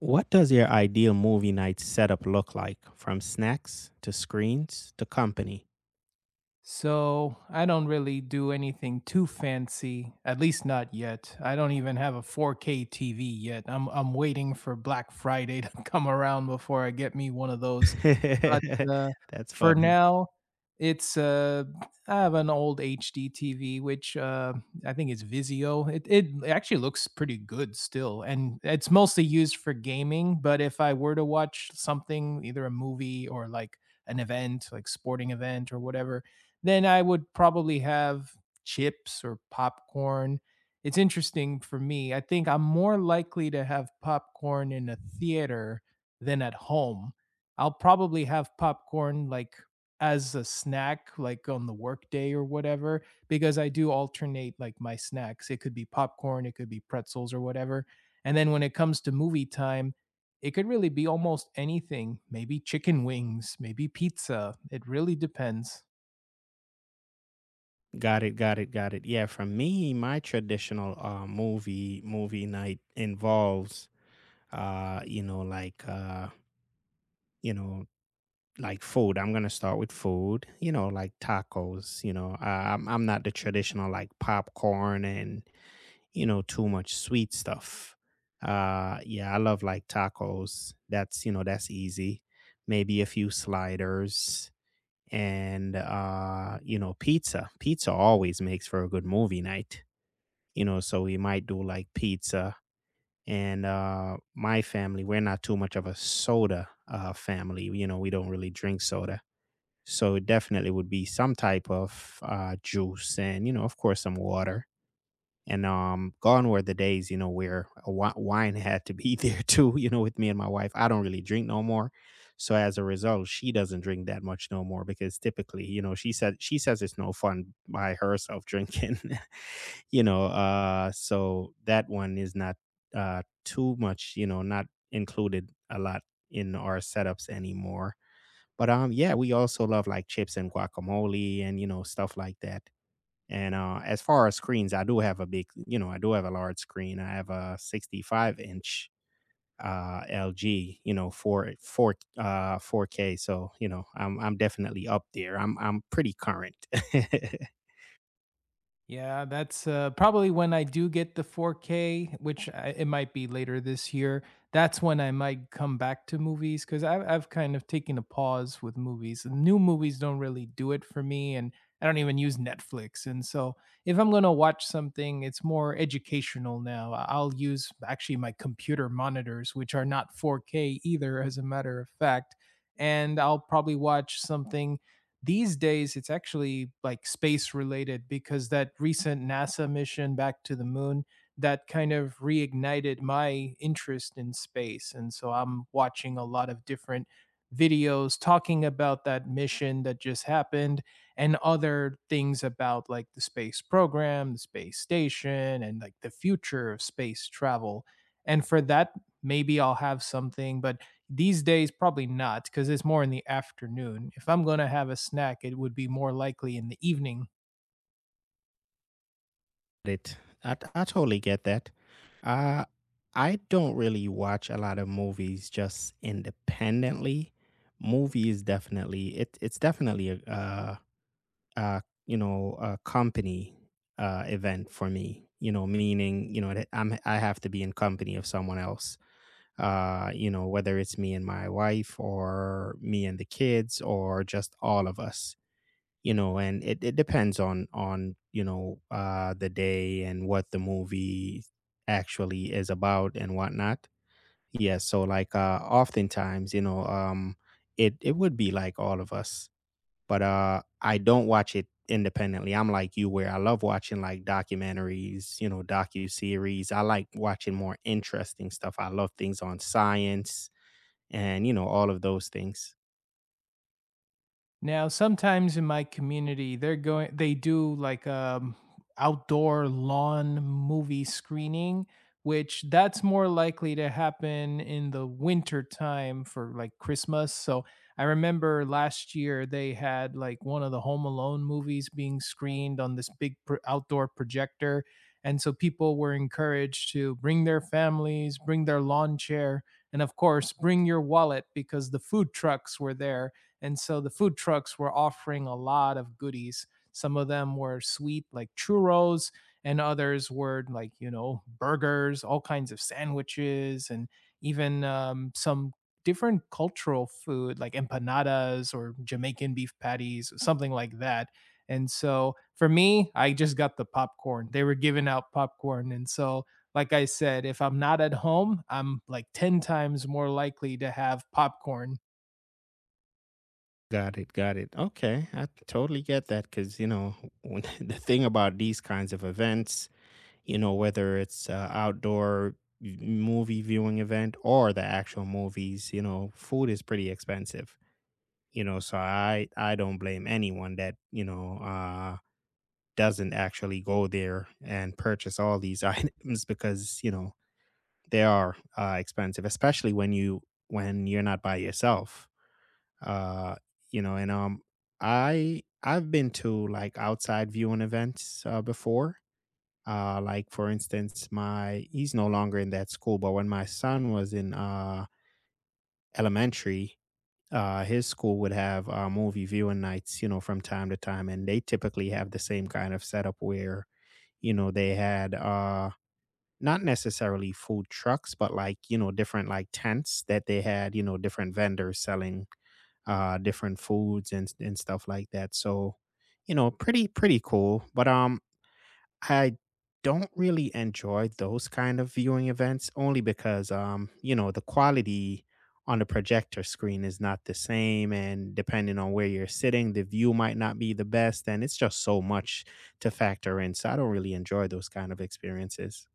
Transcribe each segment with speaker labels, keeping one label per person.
Speaker 1: What does your ideal movie night setup look like from snacks to screens to company?
Speaker 2: So I don't really do anything too fancy, at least not yet. I don't even have a 4K TV yet. I'm waiting for Black Friday to come around before I get me one of those. But, uh,
Speaker 1: That's
Speaker 2: for
Speaker 1: funny.
Speaker 2: now, it's, uh I have an old HD TV, which, I think is Vizio. It actually looks pretty good still, and it's mostly used for gaming, but if I were to watch something, either a movie or, like, an event, like sporting event or whatever, then I would probably have chips or popcorn. It's interesting for me. I think I'm more likely to have popcorn in a theater than at home. I'll probably have popcorn like as a snack, like on the workday or whatever, because I do alternate like my snacks. It could be popcorn, it could be pretzels or whatever. And then when it comes to movie time, it could really be almost anything. Maybe chicken wings, maybe pizza. It really depends.
Speaker 1: Got it, got it, got it. Yeah, for me, my traditional movie night involves like you know, like food. I'm gonna start with food, like tacos. I'm not the traditional like popcorn and, too much sweet stuff. Yeah, I love like tacos. That's easy. Maybe a few sliders and, pizza. Pizza always makes for a good movie night, so we might do like pizza. And my family, we're not too much of a soda family. We don't really drink soda. So it definitely would be some type of juice, and, of course, some water. And gone were the days, where a wine had to be there too, with me and my wife. I don't really drink no more. So as a result, she doesn't drink that much no more because typically, she says it's no fun by herself drinking. So that one is not too much, not included a lot in our setups anymore. But yeah, we also love like chips and guacamole and stuff like that. And as far as screens, I do have a big, I do have a large screen. I have a 65 inch LG, four four 4K. So, I'm definitely up there. I'm pretty current.
Speaker 2: Yeah, that's probably when I do get the 4K, which it might be later this year. That's when I might come back to movies because I've kind of taken a pause with movies. New movies don't really do it for me, and I don't even use Netflix. And so if I'm going to watch something, it's more educational now. I'll use actually my computer monitors, which are not 4K either, as a matter of fact. And I'll probably watch something these days. It's actually like space related because that recent NASA mission back to the moon, that kind of reignited my interest in space. And so I'm watching a lot of different videos talking about that mission that just happened and other things about like the space program, the space station, and like the future of space travel. And for that, maybe I'll have something, but these days, probably not because it's more in the afternoon. If I'm going to have a snack, it would be more likely in the evening.
Speaker 1: it, I totally get that. Uh, I don't really watch a lot of movies just independently. Movies definitely, it's definitely a company event for me. Meaning you know that I have to be in company of someone else. Whether it's me and my wife, or me and the kids, or just all of us. And it depends on the day and what the movie actually is about and whatnot. Yes, so like oftentimes, it would be like all of us, but I don't watch it independently. I'm like you, where I love watching like documentaries, docu-series. I like watching more interesting stuff. I love things on science, and, all of those things.
Speaker 2: Now, sometimes in my community, they do like outdoor lawn movie screening, which that's more likely to happen in the winter time for like Christmas. So I remember last year they had like one of the Home Alone movies being screened on this outdoor projector. And so people were encouraged to bring their families, bring their lawn chair, and of course, bring your wallet because the food trucks were there. And so the food trucks were offering a lot of goodies. Some of them were sweet, like churros, and others were like, you know, burgers, all kinds of sandwiches, and even some different cultural food like empanadas or Jamaican beef patties, something like that. And so for me, I just got the popcorn. They were giving out popcorn. And so, like I said, if I'm not at home, I'm like 10 times more likely to have popcorn.
Speaker 1: Got it, got it. Okay, I totally get that, because, the thing about these kinds of events, whether it's outdoor movie viewing event or the actual movies, food is pretty expensive. So I don't blame anyone that doesn't actually go there and purchase all these items, because they are, expensive, especially when you're not by yourself, uh and, I've been to like outside viewing events before, like, for instance, my he's no longer in that school, but when my son was in elementary, his school would have movie viewing nights, from time to time, and they typically have the same kind of setup where they had, not necessarily food trucks, but like different like tents that they had, different vendors selling different foods, and stuff like that. So, pretty cool. But I don't really enjoy those kind of viewing events, only because, the quality on the projector screen is not the same, and depending on where you're sitting, the view might not be the best, and it's just so much to factor in. So I don't really enjoy those kind of experiences.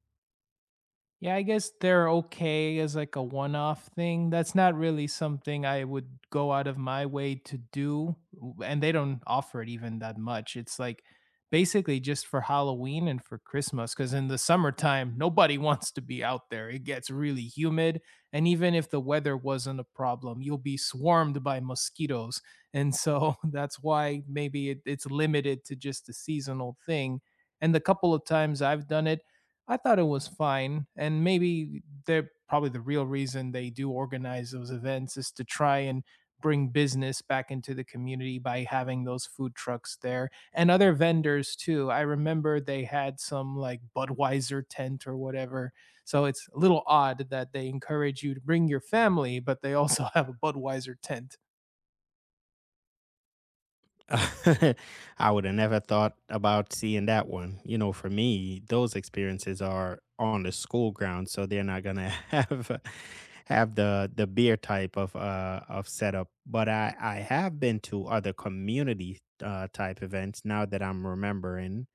Speaker 2: Yeah, I guess they're okay as like a one-off thing. That's not really something I would go out of my way to do, and they don't offer it even that much. It's like basically just for Halloween and for Christmas cuz in the summertime nobody wants to be out there. It gets really humid, and even if the weather wasn't a problem, you'll be swarmed by mosquitoes. And so that's why maybe it's limited to just a seasonal thing. And the couple of times I've done it, I thought it was fine, and maybe they're probably the real reason they do organize those events is to try and bring business back into the community by having those food trucks there and other vendors too. I remember they had some like Budweiser tent or whatever. So it's a little odd that they encourage you to bring your family, but they also have a Budweiser tent.
Speaker 1: I would have never thought about seeing that one. For me, those experiences are on the school grounds, so they're not gonna have the beer type of setup. But I have been to other community type events. Now that I'm remembering,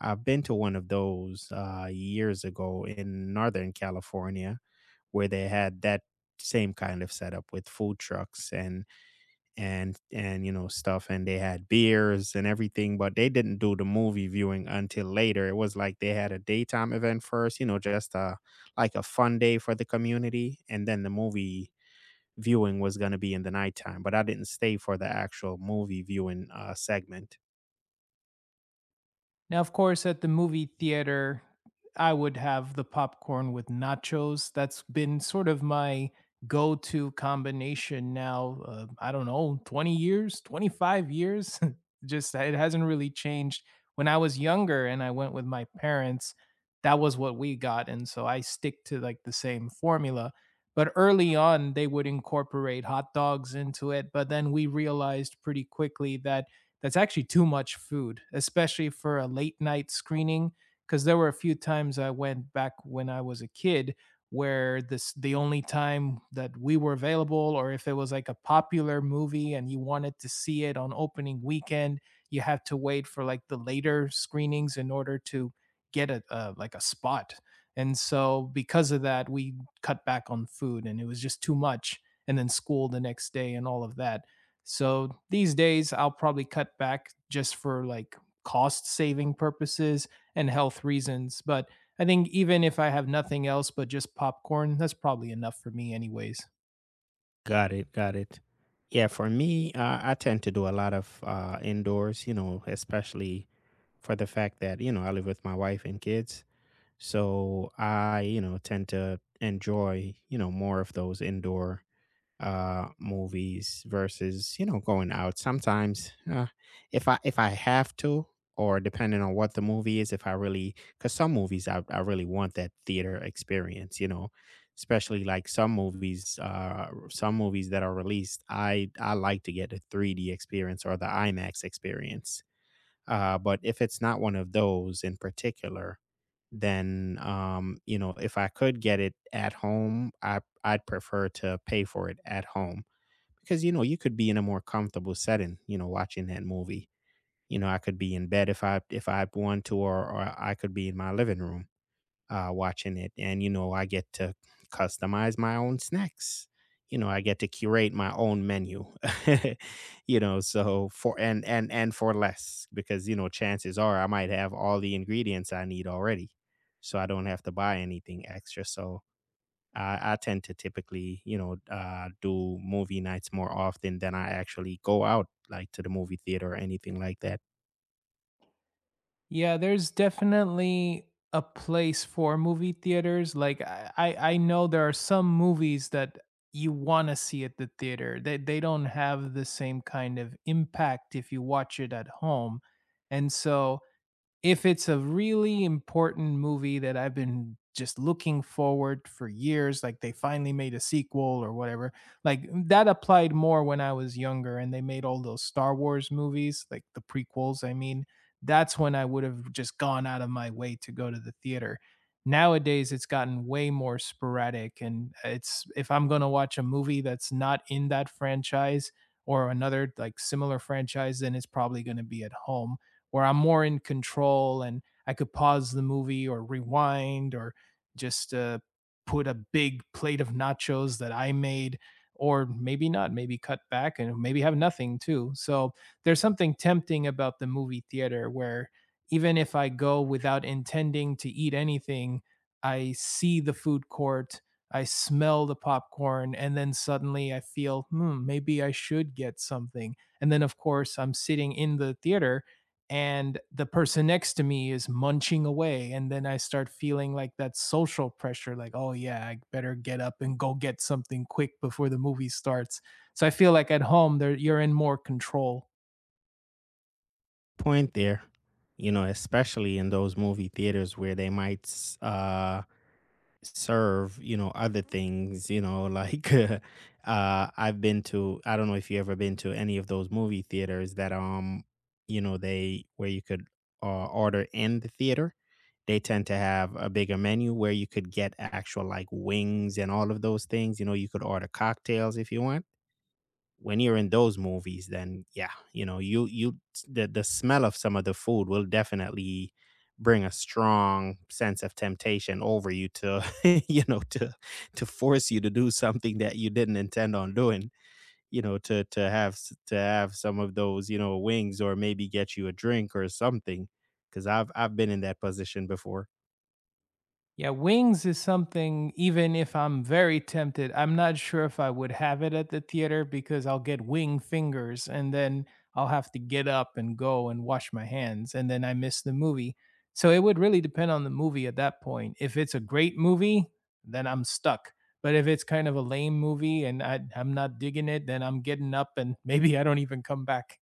Speaker 1: I've been to one of those years ago in Northern California, where they had that same kind of setup with food trucks, and stuff, and they had beers and everything. But they didn't do the movie viewing until later. It was like they had a daytime event first, just like a fun day for the community, and then the movie viewing was going to be in the nighttime. But I didn't stay for the actual movie viewing segment.
Speaker 2: Now, of course, at the movie theater, I would have the popcorn with nachos. That's been sort of my go to combination now. I don't know, 20 years, 25 years. Just it hasn't really changed. When I was younger and I went with my parents, that was what we got. And so I stick to like the same formula. But early on, they would incorporate hot dogs into it. But then we realized pretty quickly that that's actually too much food, especially for a late night screening. Because there were a few times I went back when I was a kid where this the only time that we were available, or if it was like a popular movie and you wanted to see it on opening weekend, you have to wait for like the later screenings in order to get a like a spot. And so because of that, we cut back on food, and it was just too much. And then school the next day and all of that. So these days, I'll probably cut back just for like cost saving purposes and health reasons. But I think even if I have nothing else but just popcorn, that's probably enough for me, anyways.
Speaker 1: Got it, got it. Yeah, for me, I tend to do a lot of indoors, especially for the fact that I live with my wife and kids. So I, tend to enjoy, more of those indoor movies versus, going out. Sometimes, if I have to, or depending on what the movie is, if I really... cuz some movies, I really want that theater experience, especially like some movies, some movies that are released, I like to get the 3D experience or the IMAX experience. But if it's not one of those in particular, then, if I could get it at home, I'd prefer to pay for it at home, because, you could be in a more comfortable setting, watching that movie. I could be in bed if I want to, or I could be in my living room, watching it. And, I get to customize my own snacks. I get to curate my own menu, so for and for less, because, chances are I might have all the ingredients I need already. So I don't have to buy anything extra. So I tend to typically, do movie nights more often than I actually go out, like, to the movie theater or anything like that.
Speaker 2: Yeah, there's definitely a place for movie theaters. Like I know there are some movies that you want to see at the theater. They don't have the same kind of impact if you watch it at home. And so if it's a really important movie that I've been just looking forward for years, like they finally made a sequel or whatever, like that applied more when I was younger and they made all those Star Wars movies, like the prequels, I mean, that's when I would have just gone out of my way to go to the theater. Nowadays, it's gotten way more sporadic. And it's if I'm going to watch a movie that's not in that franchise or another like similar franchise, then it's probably going to be at home where I'm more in control and I could pause the movie or rewind or just put a big plate of nachos that I made, or maybe not, maybe cut back and maybe have nothing too. So there's something tempting about the movie theater where even if I go without intending to eat anything, I see the food court. I smell the popcorn, and then suddenly I feel, hmm, maybe I should get something. And then, of course, I'm sitting in the theater and the person next to me is munching away, and then I start feeling like that social pressure, like, oh yeah, I better get up and go get something quick before the movie starts. So I feel like at home there you're in more control.
Speaker 1: Point there, especially in those movie theaters where they might serve, other things, like, I've been to, I don't know if you ever been to any of those movie theaters that, where you could, order in the theater. They tend to have a bigger menu where you could get actual like wings and all of those things. You know, you could order cocktails if you want. When you're in those movies, then yeah, you you the smell of some of the food will definitely bring a strong sense of temptation over you to you know to to force you to do something that you didn't intend on doing, to have some of those, wings, or maybe get you a drink or something. Cuz I've been in that position before.
Speaker 2: Yeah, wings is something even if I'm very tempted, I'm not sure if I would have it at the theater because I'll get wing fingers and then I'll have to get up and go and wash my hands and then I miss the movie. So it would really depend on the movie at that point. If it's a great movie, then I'm stuck. But if it's kind of a lame movie and I'm not digging it, then I'm getting up and maybe I don't even come back.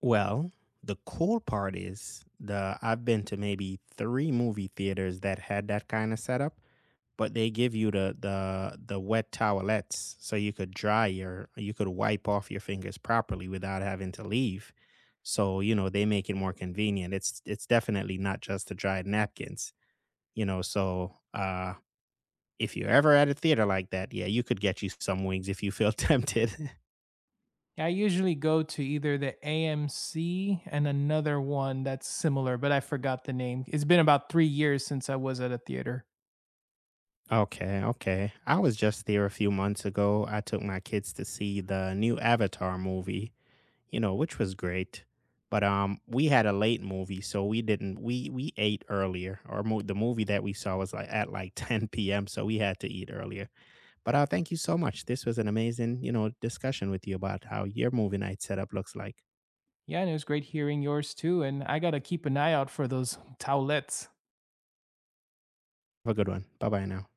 Speaker 1: Well, the cool part is, the I've been to maybe three movie theaters that had that kind of setup, but they give you the wet towelettes, so you could dry your you could wipe off your fingers properly without having to leave. So, they make it more convenient. It's definitely not just the dried napkins, so, if you're ever at a theater like that, yeah, you could get you some wings if you feel tempted.
Speaker 2: Yeah, I usually go to either the AMC and another one that's similar, but I forgot the name. It's been about 3 years since I was at a theater.
Speaker 1: Okay, okay. I was just there a few months ago. I took my kids to see the new Avatar movie, which was great. But we had a late movie, so we didn't. We ate earlier. Or the movie that we saw was like at like 10 p.m. So we had to eat earlier. But thank you so much. This was an amazing, discussion with you about how your movie night setup looks like.
Speaker 2: Yeah, and it was great hearing yours too. And I got to keep an eye out for those towelettes.
Speaker 1: Have a good one. Bye bye now.